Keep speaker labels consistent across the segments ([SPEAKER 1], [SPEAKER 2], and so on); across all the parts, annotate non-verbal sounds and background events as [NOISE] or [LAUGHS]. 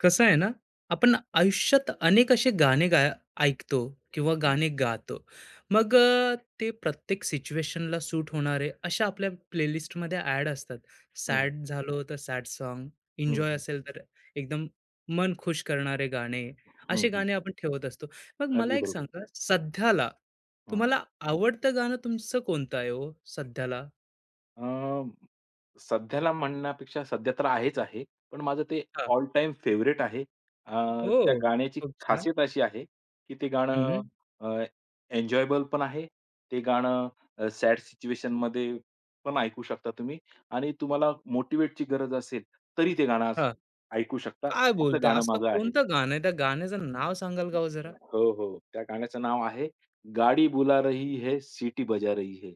[SPEAKER 1] कसं आहे ना, आपण आयुष्यात अनेक असे गाणे गाय ऐकतो किंवा
[SPEAKER 2] हं,
[SPEAKER 1] गाणे गातो. मग ते प्रत्येक सिच्युएशनला सूट होणारे अशा आपल्या प्लेलिस्टमध्ये ॲड असतात.
[SPEAKER 2] हं,
[SPEAKER 1] सॅड झालो तर सॅड सॉन्ग,
[SPEAKER 2] हं,
[SPEAKER 1] एन्जॉय
[SPEAKER 2] हं,
[SPEAKER 1] असेल तर एकदम मन खुश करणारे गाणे,
[SPEAKER 2] हं,
[SPEAKER 1] असे
[SPEAKER 2] हं.
[SPEAKER 1] गाणे आपण ठेवत असतो. मग मला
[SPEAKER 2] अगदी
[SPEAKER 1] एक
[SPEAKER 2] बरोबर.
[SPEAKER 1] सांगा, सध्याला
[SPEAKER 2] हां.
[SPEAKER 1] तुम्हाला आवडतं गाणं तुमचं कोणतं आहे हो सध्याला?
[SPEAKER 2] अ, सध्याला म्हणण्यापेक्षा सध्या तर आहेच आहे. पण माझं ते
[SPEAKER 1] हां.
[SPEAKER 2] ऑल टाईम फेव्हरेट आहे. अ, त्या
[SPEAKER 1] हो,
[SPEAKER 2] गाण्याची
[SPEAKER 1] खूप छान.
[SPEAKER 2] खासियत अशी आहे, की ते गाणं
[SPEAKER 1] हं.
[SPEAKER 2] अ, एन्जॉयबल पण आहे. ते गाणं सॅड सिच्युएशनमध्ये पण ऐकू शकता तुम्ही आणि तुम्हाला मोटिव्हेटची गरज असेल, तरी ते गाणं ऐकू शकता.
[SPEAKER 1] काय
[SPEAKER 2] असं
[SPEAKER 1] बोलताय?
[SPEAKER 2] गाणं
[SPEAKER 1] असलं
[SPEAKER 2] माझं आहे.
[SPEAKER 1] कोणतं गाणं आहे? त्या गाण्याचं नाव सांगाल का हो जरा?
[SPEAKER 2] हो, हो. त्या गाण्याचं नाव आहे गाडी बुला रही है, सिटी बजा रही है.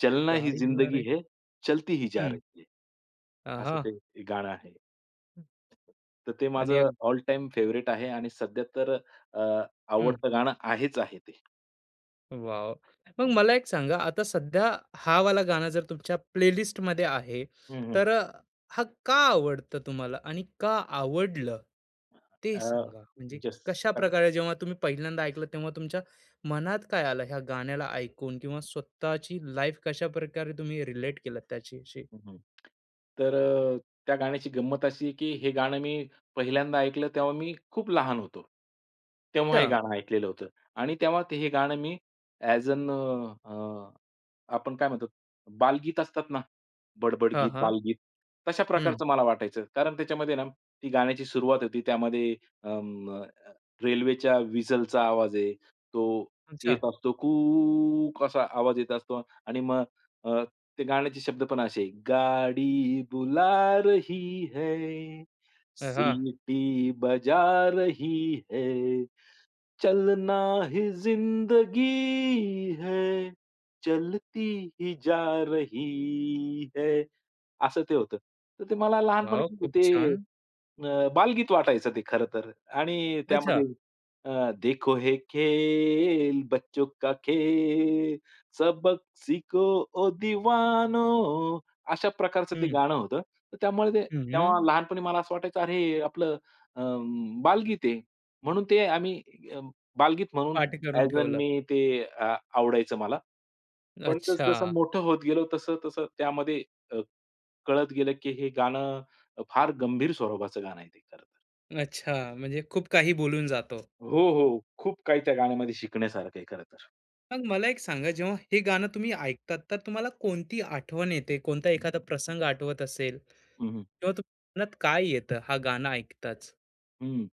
[SPEAKER 2] चलना ही
[SPEAKER 1] गाडी बुला रे
[SPEAKER 2] जिंदगी है, चलती ही जा
[SPEAKER 1] हं.
[SPEAKER 2] रही है. असं
[SPEAKER 1] आहा!
[SPEAKER 2] ते गाणं आहे. तर ते
[SPEAKER 1] आणि या
[SPEAKER 2] माझं ऑल टाईम फेव्हरेट आहे आणि सध्या तर अ,
[SPEAKER 1] हं.
[SPEAKER 2] आवडतं गाणं आहेच आहे ते.
[SPEAKER 1] वॉव! मग मला एक सांगा, आता सध्या हा वाला गाणं जर तुमच्या प्लेलिस्टमध्ये आहे,
[SPEAKER 2] हं, हं.
[SPEAKER 1] तर हा का आवडतं तुम्हाला आणि का आवडलं? ते
[SPEAKER 2] अ,
[SPEAKER 1] सांगा. म्हणजे
[SPEAKER 2] येस.
[SPEAKER 1] कशाप्रकारे जेव्हा तुम्ही पहिल्यांदा ऐकलं, तेव्हा तुमच्या मनात काय आलं ह्या गाण्याला ऐकून किंवा स्वतःची लाईफ कशाप्रकारे तुम्ही रिलेट केलं त्याच्याशी?
[SPEAKER 2] हं, हं. तर त्या गाण्याची गंमत अशी आहे, की हे गाणं मी पहिल्यांदा ऐकलं तेव्हा मी खूप लहान होतो. तेव्हा हे
[SPEAKER 1] अच्छा.
[SPEAKER 2] गाणं ऐकलेलं होतं आणि तेव्हा ते हे गाणं मी ॲज अन आपण काय म्हणतो बालगीत असतात ना, बडबड
[SPEAKER 1] हां,
[SPEAKER 2] गीत,
[SPEAKER 1] हां.
[SPEAKER 2] बालगीत तशा
[SPEAKER 1] हं.
[SPEAKER 2] प्रकारचं मला वाटायचं. कारण त्याच्यामध्ये ना ती गाण्याची सुरुवात होती त्यामध्ये अं, अ, रेल्वेच्या व्हिसलचा आवाज आहे. तो
[SPEAKER 1] अच्छा.
[SPEAKER 2] येत असतो कूक असा आवाज येत असतो आणि मग अ, ते गाण्याचे शब्द पण असे, गाडी बुला रही है,
[SPEAKER 1] हां.
[SPEAKER 2] सिटी बजा रही है. चलना ही जिंदगी है चलती ही जा रही है असं ते होतं. तर ते मला लहानपणी
[SPEAKER 1] वॉव! खूप
[SPEAKER 2] ते
[SPEAKER 1] छान.
[SPEAKER 2] बालगीत वाटायचं ते खरं तर आणि
[SPEAKER 1] अच्छा.
[SPEAKER 2] त्यामध्ये देखो हे खेल बच्चों का खेल सबक सीखो ओ दिवानो, अशा प्रकारचं ते
[SPEAKER 1] हं.
[SPEAKER 2] गाणं होतं. तर त्यामुळे ते
[SPEAKER 1] हं, हं.
[SPEAKER 2] तेव्हा लहानपणी मला असं वाटायचं अरे, हे आपलं अ, बालगीत आहे. म्हणून ते आम्ही बालगीत म्हणून
[SPEAKER 1] पाठ करून
[SPEAKER 2] ॲज अ
[SPEAKER 1] ठेवलं.
[SPEAKER 2] मी ते आवडायचं मला. पण
[SPEAKER 1] अच्छा,
[SPEAKER 2] जसं-जसं मोठं होत गेलो तसं-तसं त्यामध्ये अ, कळत गेलं, की हे गाणं फार गंभीर स्वरूपाचं गाणं आहे ते खरं तर.
[SPEAKER 1] अच्छा. म्हणजे खूप काही बोलून जातो.
[SPEAKER 2] हो, हो. खूप काही त्या गाण्यामध्ये शिकण्यासारखं आहे खरं तर.
[SPEAKER 1] मग मला एक सांगा, जेव्हा हे गाणं तुम्ही ऐकतात, तर तुम्हाला कोणती आठवण येते? कोणता एखादा प्रसंग आठवत असेल
[SPEAKER 2] हं, हं.
[SPEAKER 1] किंवा तुमच्या मनात काय येतं हा गाणं ऐकताच?
[SPEAKER 2] हं.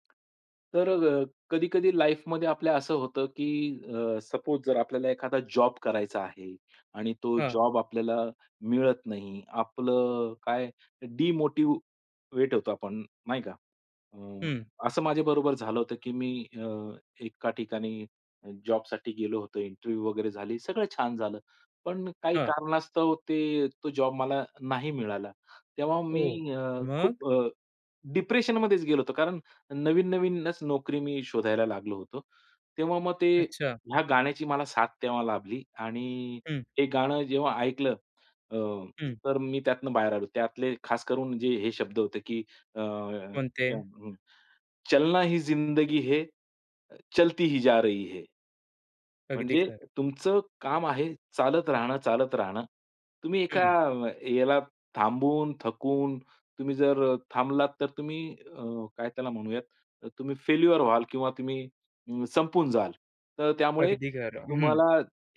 [SPEAKER 2] तर कधी-कधी लाईफमध्ये आपल्या असं होतं, की सपोज जर आपल्याला एखादा जॉब करायचा आहे आणि तो
[SPEAKER 1] हां.
[SPEAKER 2] जॉब आपल्याला मिळत नाही. आपलं काय डिमोटिव्हेट होतो आपण, नाही का? अ,
[SPEAKER 1] हं.
[SPEAKER 2] असं माझ्याबरोबर झालं होतं, की मी अ, एका ठिकाणी जॉबसाठी गेलो होतो. इंटरव्ह्यू वगैरे झाली, सगळं छान झालं. पण काही
[SPEAKER 1] हां.
[SPEAKER 2] कारणास्तव ते तो जॉब मला नाही मिळाला. तेव्हा
[SPEAKER 1] ओह!
[SPEAKER 2] मी अ,
[SPEAKER 1] मग?
[SPEAKER 2] खूप डिप्रेशनमध्येच गेलो होतो. कारण नवीन-नवीनच नोकरी मी शोधायला लागलो होतो. तेव्हा मग ते
[SPEAKER 1] अच्छा.
[SPEAKER 2] ह्या गाण्याची मला साथ तेव्हा लाभली आणि
[SPEAKER 1] हं,
[SPEAKER 2] हे गाणं जेव्हा ऐकलं अ,
[SPEAKER 1] हं.
[SPEAKER 2] तर मी त्यातनं बाहेर आलो. त्यातले खास करून जे हे शब्द होते, की अ,
[SPEAKER 1] कोणते?
[SPEAKER 2] त्या हं. चलना ही जिंदगी है, चलती ही जा रही है.
[SPEAKER 1] अगदी
[SPEAKER 2] म्हणजे
[SPEAKER 1] खरं.
[SPEAKER 2] तुमचं काम आहे चालत राहणं, चालत राहणं. तुम्ही एका
[SPEAKER 1] हं.
[SPEAKER 2] याला थांबून, थकून तुम्ही जर थांबलात तर तुम्ही काय त्याला म्हणूयात तुम्ही फेल्युअर व्हाल किंवा तुम्ही संपून जाल. तर त्यामुळे
[SPEAKER 1] अगदी खरं. हं.
[SPEAKER 2] तुम्हाला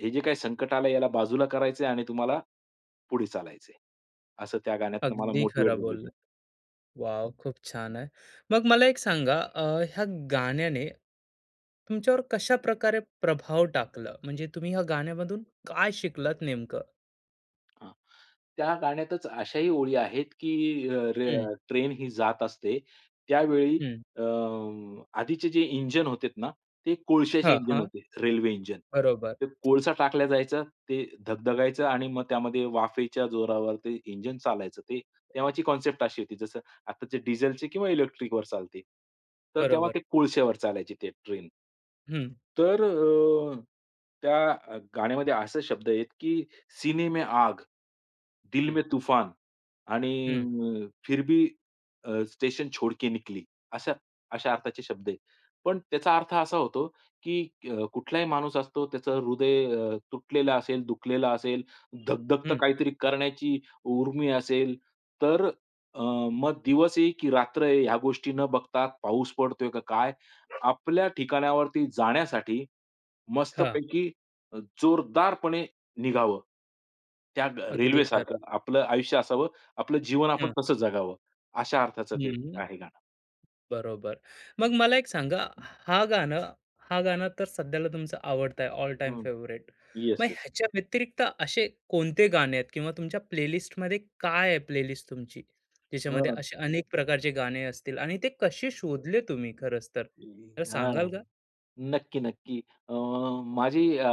[SPEAKER 2] हे जे काही संकट आलं याला बाजूला करायचंय आणि तुम्हाला पुढे चालायचंय. असं त्या गाण्यातनं मला
[SPEAKER 1] अगदी
[SPEAKER 2] मोटिव्हेट
[SPEAKER 1] खरं
[SPEAKER 2] झालो मी.
[SPEAKER 1] बोललात. वाव खूप छान आहे. मग मला एक सांगा ह्या गाण्याने तुमच्यावर कशाप्रकारे प्रभाव टाकला? म्हणजे तुम्ही ह्या गाण्यामधून काय शिकलात नेमकं?
[SPEAKER 2] हां. त्या गाण्यातच अशाही ओळी आहेत, की रे
[SPEAKER 1] हं,
[SPEAKER 2] ट्रेन ही जात असते. त्यावेळी
[SPEAKER 1] हं.
[SPEAKER 2] अ, आधीचे जे इंजिन होते ना, ते कोळशाचे
[SPEAKER 1] हां,
[SPEAKER 2] इंजिन
[SPEAKER 1] हां.
[SPEAKER 2] होते, रेल्वे इंजिन.
[SPEAKER 1] बरोबर,
[SPEAKER 2] ते कोळसा टाकला जायचा, ते धगधगायचं आणि मग त्यामध्ये वाफेच्या जोरावर ते इंजिन चालायचं. ते तेव्हाची कन्सेप्ट अशी होती, जसं आताचे डिझेलचे किंवा इलेक्ट्रिकवर चालते. तर तेव्हा
[SPEAKER 1] बरोबर.
[SPEAKER 2] ते कोळश्यावर चालायची ते ट्रेन.
[SPEAKER 1] हं,
[SPEAKER 2] तर त्या गाण्यामध्ये असे शब्द आहेत, की सीने में आग, दिल
[SPEAKER 1] हं,
[SPEAKER 2] में तूफान आणि
[SPEAKER 1] हं,
[SPEAKER 2] फिर भी स्टेशन छोड़ के निकली. अशा अशा अर्थाचे शब्द आहेत. पण त्याचा अर्थ असा होतो, की कुठलाही माणूस असतो त्याचं हृदय तुटलेलं असेल, दुखलेलं असेल, धगधगतं
[SPEAKER 1] हं.
[SPEAKER 2] काहीतरी करण्याची उर्मी असेल, तर अ, मग दिवस आहे की रात्र आहे ह्या गोष्टी न बघता पाऊस पडतोय का काय, आपल्या ठिकाणावरती जाण्यासाठी
[SPEAKER 1] हां,
[SPEAKER 2] मस्तपैकी जोरदारपणे निघावं. त्या ग
[SPEAKER 1] अगदी खरं.
[SPEAKER 2] रेल्वेसारखं आपलं आयुष्य असावं, आपलं जीवन आपण
[SPEAKER 1] हं,
[SPEAKER 2] तसं जगावं. अशा अर्थाचं ते
[SPEAKER 1] हं.
[SPEAKER 2] आहे गाणं.
[SPEAKER 1] बरोबर. मग मला एक सांगा, हा गाणं हा गाणं तर सध्याला तुमचं आवडतं आहे, ऑल टाइम फेवरेट मग
[SPEAKER 2] येस, येस.
[SPEAKER 1] ह्याच्या व्यतिरिक्त असे कोणते गाणे आहेत किंवा तुमच्या प्लेलिस्टमध्ये काय आहे प्लेलिस्ट तुमची? ज्याच्यामध्ये असे अनेक प्रकारचे गाणे असतील आणि ते कसे शोधले तुम्ही खरंच तर? मला सांगाल का?
[SPEAKER 2] नक्की, नक्की. अ, माझी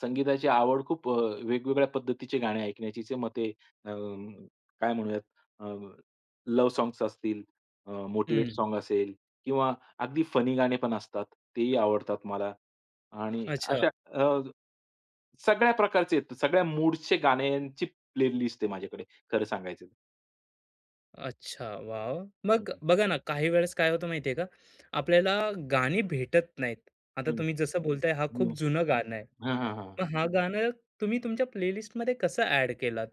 [SPEAKER 2] संगीताची आवड खूप वेगवेगळ्या पद्धतीचे गाणे ऐकण्याचीच आहे. मग ते अ, काय म्हणूयात अ, लव्ह सॉन्ग्स असतील, मोटिव्हेट
[SPEAKER 1] हं.
[SPEAKER 2] सॉन्ग असेल किंवा अगदी फनी गाणे पण असतात. तेही आवडतात मला आणि
[SPEAKER 1] अच्छा.
[SPEAKER 2] अशा अ, सगळ्या प्रकारचे आहेत. सगळ्या मूडचे गाण्यांची प्लेलिस्ट आहे माझ्याकडे खरं सांगायचं तर.
[SPEAKER 1] अच्छा, वाव
[SPEAKER 2] हं,
[SPEAKER 1] मग
[SPEAKER 2] हं.
[SPEAKER 1] बघा ना, काही वेळेस काय होतं माहिती का, आपल्याला गाणी भेटत नाहीत. आता तुम्ही जसं बोलताय हा
[SPEAKER 2] हं,
[SPEAKER 1] खूप
[SPEAKER 2] हं.
[SPEAKER 1] जुनं गाणं आहे.
[SPEAKER 2] हां, हां,
[SPEAKER 1] मग हा गाणं तुम्ही तुमच्या प्लेलिस्टमध्ये कसं ॲड केलात?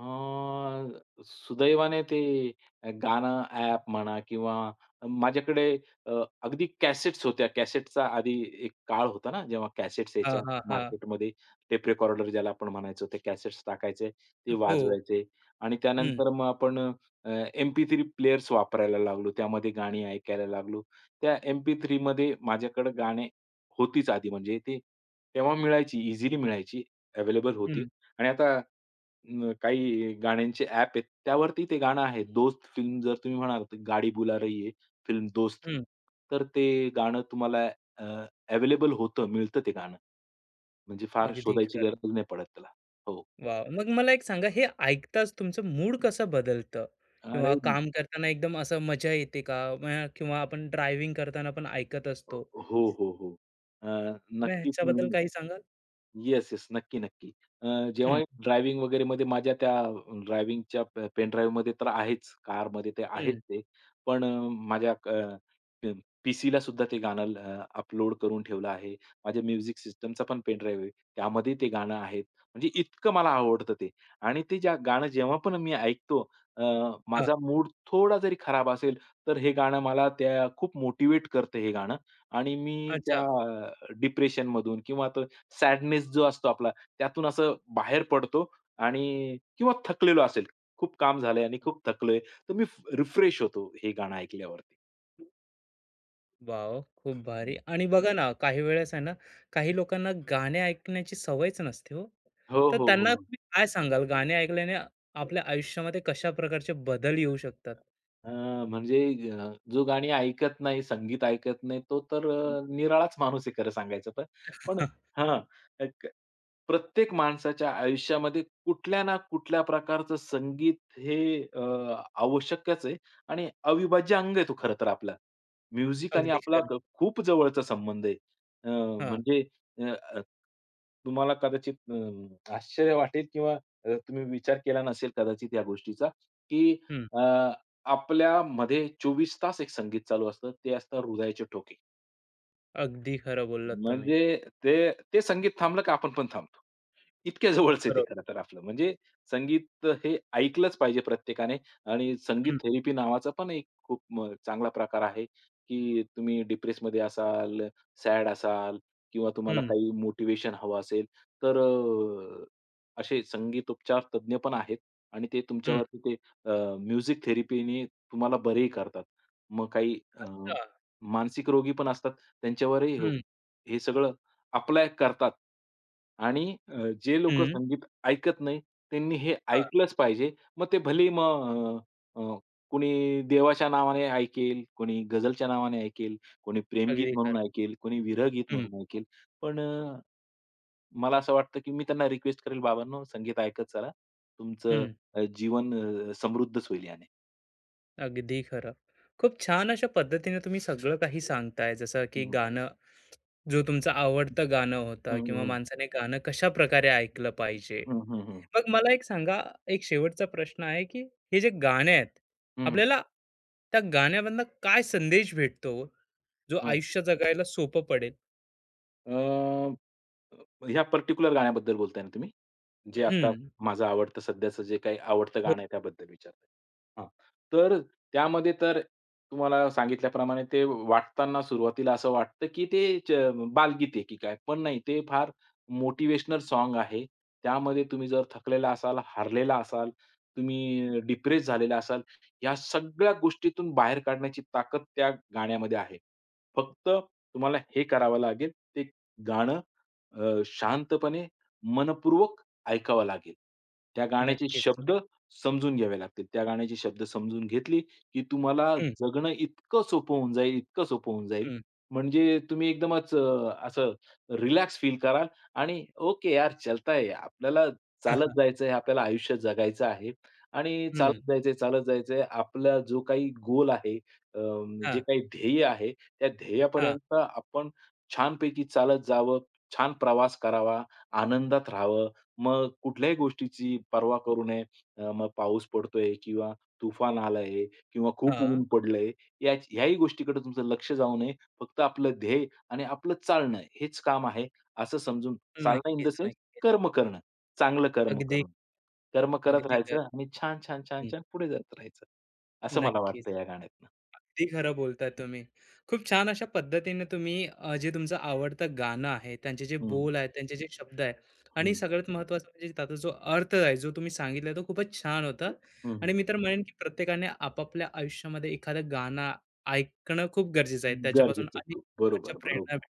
[SPEAKER 2] सुदैवाने ते गाणं ॲप म्हणा किंवा माझ्याकडे अ, अगदी कॅसेट्स होत्या. कॅसेटचा आधी एक काळ होता ना, जेव्हा कॅसेट्स
[SPEAKER 1] हां,
[SPEAKER 2] यायच्या
[SPEAKER 1] हां, हां.
[SPEAKER 2] मार्केटमध्ये. टेप रेकॉर्डर ज्याला आपण म्हणायचो, ते कॅसेट्स टाकायचे, ते
[SPEAKER 1] हो.
[SPEAKER 2] वाजवायचे आणि
[SPEAKER 1] हं,
[SPEAKER 2] त्यानंतर मग आपण अ, MP3 प्लेयर्स वापरायला लागलो. त्यामध्ये गाणी ऐकायला लागलो. त्या MP3 मध्ये माझ्याकडे गाणे होतीच आधी म्हणजे ते तेव्हा मिळायची, इझिली मिळायची, अवेलेबल होती
[SPEAKER 1] हं,
[SPEAKER 2] आणि आता काही गाण्यांचे ॲप आहेत. त्यावरती ते गाणं आहे. दोस्त फिल्म जर तुम्ही म्हणाल, तर गाडी बुला रही है, फिल्म दोस्त.
[SPEAKER 1] हं.
[SPEAKER 2] तर ते गाणं तुम्हाला अ, अवेलेबल होतं, मिळतं ते गाणं. म्हणजे फार
[SPEAKER 1] अगदी
[SPEAKER 2] शोधायची
[SPEAKER 1] खरं.
[SPEAKER 2] गरज नाही पडत त्याला. हो.
[SPEAKER 1] वाव! मग मला एक सांगा हे ऐकताच तुमचं मूड कसं बदलतं? किंवा
[SPEAKER 2] अरे
[SPEAKER 1] काम करताना एकदम असं मजा येते का? म्ह किंवा आपण ड्रायव्हिंग करताना पण ऐकत असतो.
[SPEAKER 2] हो, हो, हो, हो. अ,
[SPEAKER 1] मग
[SPEAKER 2] नक्कीच
[SPEAKER 1] ह्याच्याबद्दल
[SPEAKER 2] मी
[SPEAKER 1] काही सांगाल?
[SPEAKER 2] Yes, yes. नक्की, नक्की. अ,
[SPEAKER 1] हं,
[SPEAKER 2] जेव्हाही ड्रायव्हिंग वगैरेमध्ये माझ्या त्या ड्रायव्हिंगच्या पेन ड्राईव्हमध्ये तर आहेच. कारमध्ये ते आहेच
[SPEAKER 1] हं.
[SPEAKER 2] ते. पण माझ्या क प सुद्धा ते गाणं अपलोड करून ठेवलं आहे. माझ्या म्युझिक सिस्टमचा पण पेन ड्राईव्ह आहे. त्यामध्ये ते गाणं आहे. म्हणजे इतकं मला आवडतं ते. आणि ते ज्या गाणं जेव्हा पण मी ऐकतो अ,
[SPEAKER 1] हां.
[SPEAKER 2] माझा मूड थोडा जरी खराब असेल, तर हे गाणं मला त्या खूप मोटिव्हेट करतं हे गाणं आणि मी त्या
[SPEAKER 1] अच्छा.
[SPEAKER 2] डिप्रेशनमधून किंवा सॅडनेस जो असतो आपला, त्यातून असं बाहेर पडतो आणि किंवा थकलेलो असेल, खूप काम झालंय आणि खूप थकलोय, तर मी रिफ्रेश होतो हे गाणं ऐकल्यावरती.
[SPEAKER 1] वॉव! खूप भारी आणि बघा ना, काही वेळेस आहे ना, काही लोकांना गाणे ऐकण्याची सवयच नसते हो.
[SPEAKER 2] हो,
[SPEAKER 1] तर
[SPEAKER 2] हो,
[SPEAKER 1] त्यांना
[SPEAKER 2] हो.
[SPEAKER 1] तुम्ही काय सांगाल गाणे ऐकल्याने आपल्या आयुष्यामध्ये कशा प्रकारचे बदल येऊ शकतात?
[SPEAKER 2] अ, म्हणजे जो गाणी ऐकत नाही, संगीत ऐकत नाही, तो तर
[SPEAKER 1] हं.
[SPEAKER 2] निराळाच माणूस आहे खरं सांगायचं तर. पण
[SPEAKER 1] [LAUGHS]
[SPEAKER 2] हां, एक प्रत्येक माणसाच्या आयुष्यामध्ये कुठल्या ना कुठल्या प्रकारचं संगीत हे आवश्यकच आहे आणि अविभाज्य अंग आहे तो खरं तर आपला. म्युझिक आणि
[SPEAKER 1] अगदी
[SPEAKER 2] आपला
[SPEAKER 1] खरं.
[SPEAKER 2] क खूप जवळचा संबंध आहे. अ,
[SPEAKER 1] हां.
[SPEAKER 2] म्हणजे अ, अ, तुम्हाला कदाचित आश्चर्य वाटेल किंवा तुम्ही विचार केला नसेल कदाचित या गोष्टीचा, की
[SPEAKER 1] हं.
[SPEAKER 2] आपल्यामध्ये 24 तास एक संगीत चालू असतं. ते असतं हृदयाचे ठोके.
[SPEAKER 1] अगदी खरं बोललात तुम्ही.
[SPEAKER 2] म्हणजे ते संगीत थांबलं का आपण पण थांबतो. इतक्या जवळच आहे ते
[SPEAKER 1] बरोबर.
[SPEAKER 2] खरं तर आपलं. म्हणजे संगीत हे ऐकलंच पाहिजे प्रत्येकाने आणि संगीत
[SPEAKER 1] हं,
[SPEAKER 2] थेरपी नावाचा पण एक खूप चांगला प्रकार आहे, की तुम्ही डिप्रेसमध्ये असाल, सॅड असाल किंवा तुम्हाला
[SPEAKER 1] हं,
[SPEAKER 2] काही मोटिव्हेशन हवं असेल, तर असे संगीतोपचार तज्ञ पण आहेत आणि ते
[SPEAKER 1] हं.
[SPEAKER 2] तुमच्यावरती ते म्युझिक थेरपीने तुम्हाला बरेही करतात. मग काही
[SPEAKER 1] हां.
[SPEAKER 2] मानसिक रोगी पण असतात, त्यांच्यावरही हो,
[SPEAKER 1] हं,
[SPEAKER 2] हे सगळं अप्लाय करतात आणि जे लोकं
[SPEAKER 1] हं.
[SPEAKER 2] संगीत ऐकत नाही, त्यांनी हे
[SPEAKER 1] हां.
[SPEAKER 2] ऐकलंच पाहिजे. मग ते भलेही मग अ, अ, कोणी देवाच्या नावाने ऐकेल, कोणी गझलच्या नावाने ऐकेल, कोणी प्रेमगीत
[SPEAKER 1] अगदी खरं.
[SPEAKER 2] म्हणून ऐकेल, कोणी विरहगीत
[SPEAKER 1] हं,
[SPEAKER 2] म्हणून ऐकेल. पण मला असं वाटतं, की मी त्यांना रिक्वेस्ट करेल, "बाबांनो, संगीत ऐकत चला. तुमचं
[SPEAKER 1] हं.
[SPEAKER 2] जीवन समृद्धच होईल याने."
[SPEAKER 1] अगदी खरं. खूप छान अशा पद्धतीने तुम्ही सगळं काही सांगताय जसं की
[SPEAKER 2] हं,
[SPEAKER 1] गाणं जो तुमचं आवडतं गाणं
[SPEAKER 2] हं,
[SPEAKER 1] होतं किंवा
[SPEAKER 2] हं,
[SPEAKER 1] माणसाने गाणं कशा प्रकारे ऐकलं पाहिजे.
[SPEAKER 2] हं, हं, हं,
[SPEAKER 1] मग मला एक सांगा, एक शेवटचा प्रश्न आहे, की हे जे गाणे आहेत,
[SPEAKER 2] हं, हं.
[SPEAKER 1] आपल्याला त्या गाण्यामधनं काय संदेश भेटतो, जो आयुष्य जगायला सोपं पडेल?
[SPEAKER 2] ह्या पर्टिक्युलर गाण्याबद्दल बोलताय ना तुम्ही? जे आता
[SPEAKER 1] हं,
[SPEAKER 2] माझं आवडतं सध्याचं जे काही आवडतं
[SPEAKER 1] हो,
[SPEAKER 2] गाणं आहे त्याबद्दल विचारताय. हां. तर त्यामध्ये तर तुम्हाला सांगितल्याप्रमाणे ते वाटताना सुरुवातीला असं वाटतं, की ते च बालगीत आहे की काय? पण नाही ते फार मोटिव्हेशनल सॉन्ग आहे. त्यामध्ये तुम्ही जर थकलेला असाल, हारलेला असाल, तुम्ही डिप्रेस झालेला असाल, या सगळ्या गोष्टीतून बाहेर काढण्याची ताकद त्या गाण्यामध्ये आहे. फक्त तुम्हाला हे करावं लागेल, ते गाणं शांतपणे मनपूर्वक ऐकावं लागेल. त्या गाण्याचे
[SPEAKER 1] नक्कीच.
[SPEAKER 2] शब्द समजून घ्यावे लागतील. त्या गाण्याचे शब्द समजून घेतली, की तुम्हाला
[SPEAKER 1] हं,
[SPEAKER 2] जगणं इतकं सोपं होऊन जाईल, इतकं सोपं होऊन जाईल.
[SPEAKER 1] हं.
[SPEAKER 2] म्हणजे तुम्ही एकदमच असं रिलॅक्स फील कराल आणि ओके यार चलता है. आपल्याला
[SPEAKER 1] हां, हां.
[SPEAKER 2] चालत जायचं आहे, आपल्याला आयुष्य जगायचं आहे आणि
[SPEAKER 1] हं.
[SPEAKER 2] चालत जायचंय, चालत जायचंय. आपला जो काही गोल आहे, अ, जे
[SPEAKER 1] हां,
[SPEAKER 2] काही ध्येय आहे, त्या
[SPEAKER 1] हां,
[SPEAKER 2] ध्येयापर्यंत आपण छानपैकी चालत जावं, छान प्रवास करावा, आनंदात राहावं. मग कुठल्याही गोष्टीची पर्वा करू नये. मग पाऊस पडतोय किंवा तुफान आलंय किंवा खूप
[SPEAKER 1] हां.
[SPEAKER 2] ऊन पडलंय, या ह्याही गोष्टीकडे तुमचं लक्ष जाऊ नये. फक्त आपलं ध्येय आणि आपलं चालणं हेच काम आहे, असं समजून चालणं इन द
[SPEAKER 1] नक्कीच,
[SPEAKER 2] सेन्स
[SPEAKER 1] नक्कीच.
[SPEAKER 2] कर्म करणं. चांगलं कर्म
[SPEAKER 1] अगदी,
[SPEAKER 2] करणं. कर्म करत
[SPEAKER 1] अगदी
[SPEAKER 2] राहायचं
[SPEAKER 1] खरं.
[SPEAKER 2] आणि छान, छान, छान,
[SPEAKER 1] हं,
[SPEAKER 2] छान पुढे जात राहायचं. असं मला
[SPEAKER 1] नक्कीच.
[SPEAKER 2] वाटतं या गाण्यातनं.
[SPEAKER 1] अगदी खरं बोलताय तुम्ही. खूप छान अशा पद्धतीने तुम्ही जे तुमचं आवडतं गाणं आहे, त्यांचे जे
[SPEAKER 2] हं,
[SPEAKER 1] बोल आहेत, त्यांचे जे शब्द आहेत आणि
[SPEAKER 2] हं,
[SPEAKER 1] सगळ्यात महत्त्वाचं म्हणजे त्याचा जो अर्थ आहे, जो तुम्ही सांगितला तो खूपच छान होता
[SPEAKER 2] हं,
[SPEAKER 1] आणि
[SPEAKER 2] हं.
[SPEAKER 1] मी तर म्हणेन की प्रत्येकाने आपापल्या आयुष्यामध्ये एखादं गाणं ऐकणं खूप गरजेचं आहे. त्याच्यापासून
[SPEAKER 2] गरजेचं आहे
[SPEAKER 1] अनेक
[SPEAKER 2] खूप.
[SPEAKER 1] प्रकारच्या
[SPEAKER 2] बरोबर,
[SPEAKER 1] प्रेरणा
[SPEAKER 2] बरोबर.
[SPEAKER 1] भेट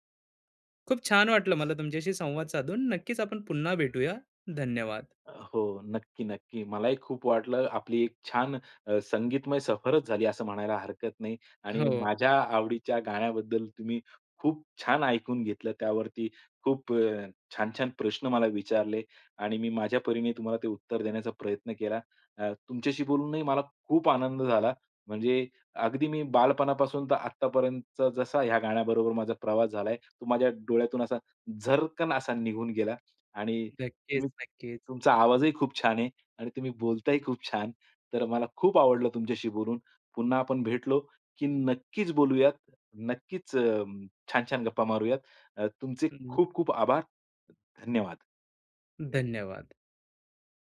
[SPEAKER 1] खूप छान वाटलं मला तुमच्याशी संवाद साधून. नक्कीच आपण पुन्हा भेटूया. धन्यवाद.
[SPEAKER 2] हो. नक्की, नक्की. मलाही खूप वाटलं आपली एक छान संगीतमय सफरच झाली असं म्हणायला हरकत नाही आणि
[SPEAKER 1] हो,
[SPEAKER 2] माझ्या आवडीच्या गाण्याबद्दल तुम्ही खूप छान ऐकून घेतलं. त्यावरती खूप छान-छान प्रश्न मला विचारले आणि मी माझ्या परीने तुम्हाला ते उत्तर देण्याचा प्रयत्न केला. तुमच्याशी बोलूनही मला खूप आनंद झाला. म्हणजे अगदी मी बालपणापासून तर आत्तापर्यंतचा जसा ह्या गाण्याबरोबर माझा प्रवास झालाय, तो माझ्या डोळ्यातून असा झरकन असा निघून गेला आणि
[SPEAKER 1] नक्कीच,
[SPEAKER 2] तुम्ही
[SPEAKER 1] नक्कीच.
[SPEAKER 2] तुमचा आवाजही खूप छान आहे आणि तुम्ही बोलताही खूप छान. तर मला खूप आवडलं तुमच्याशी बोलून. पुन्हा आपण भेटलो, की नक्कीच बोलूयात. नक्कीच छान-छान गप्पा मारूयात. तुमचे
[SPEAKER 1] हं,
[SPEAKER 2] खूप खूप आभार. धन्यवाद.
[SPEAKER 1] धन्यवाद.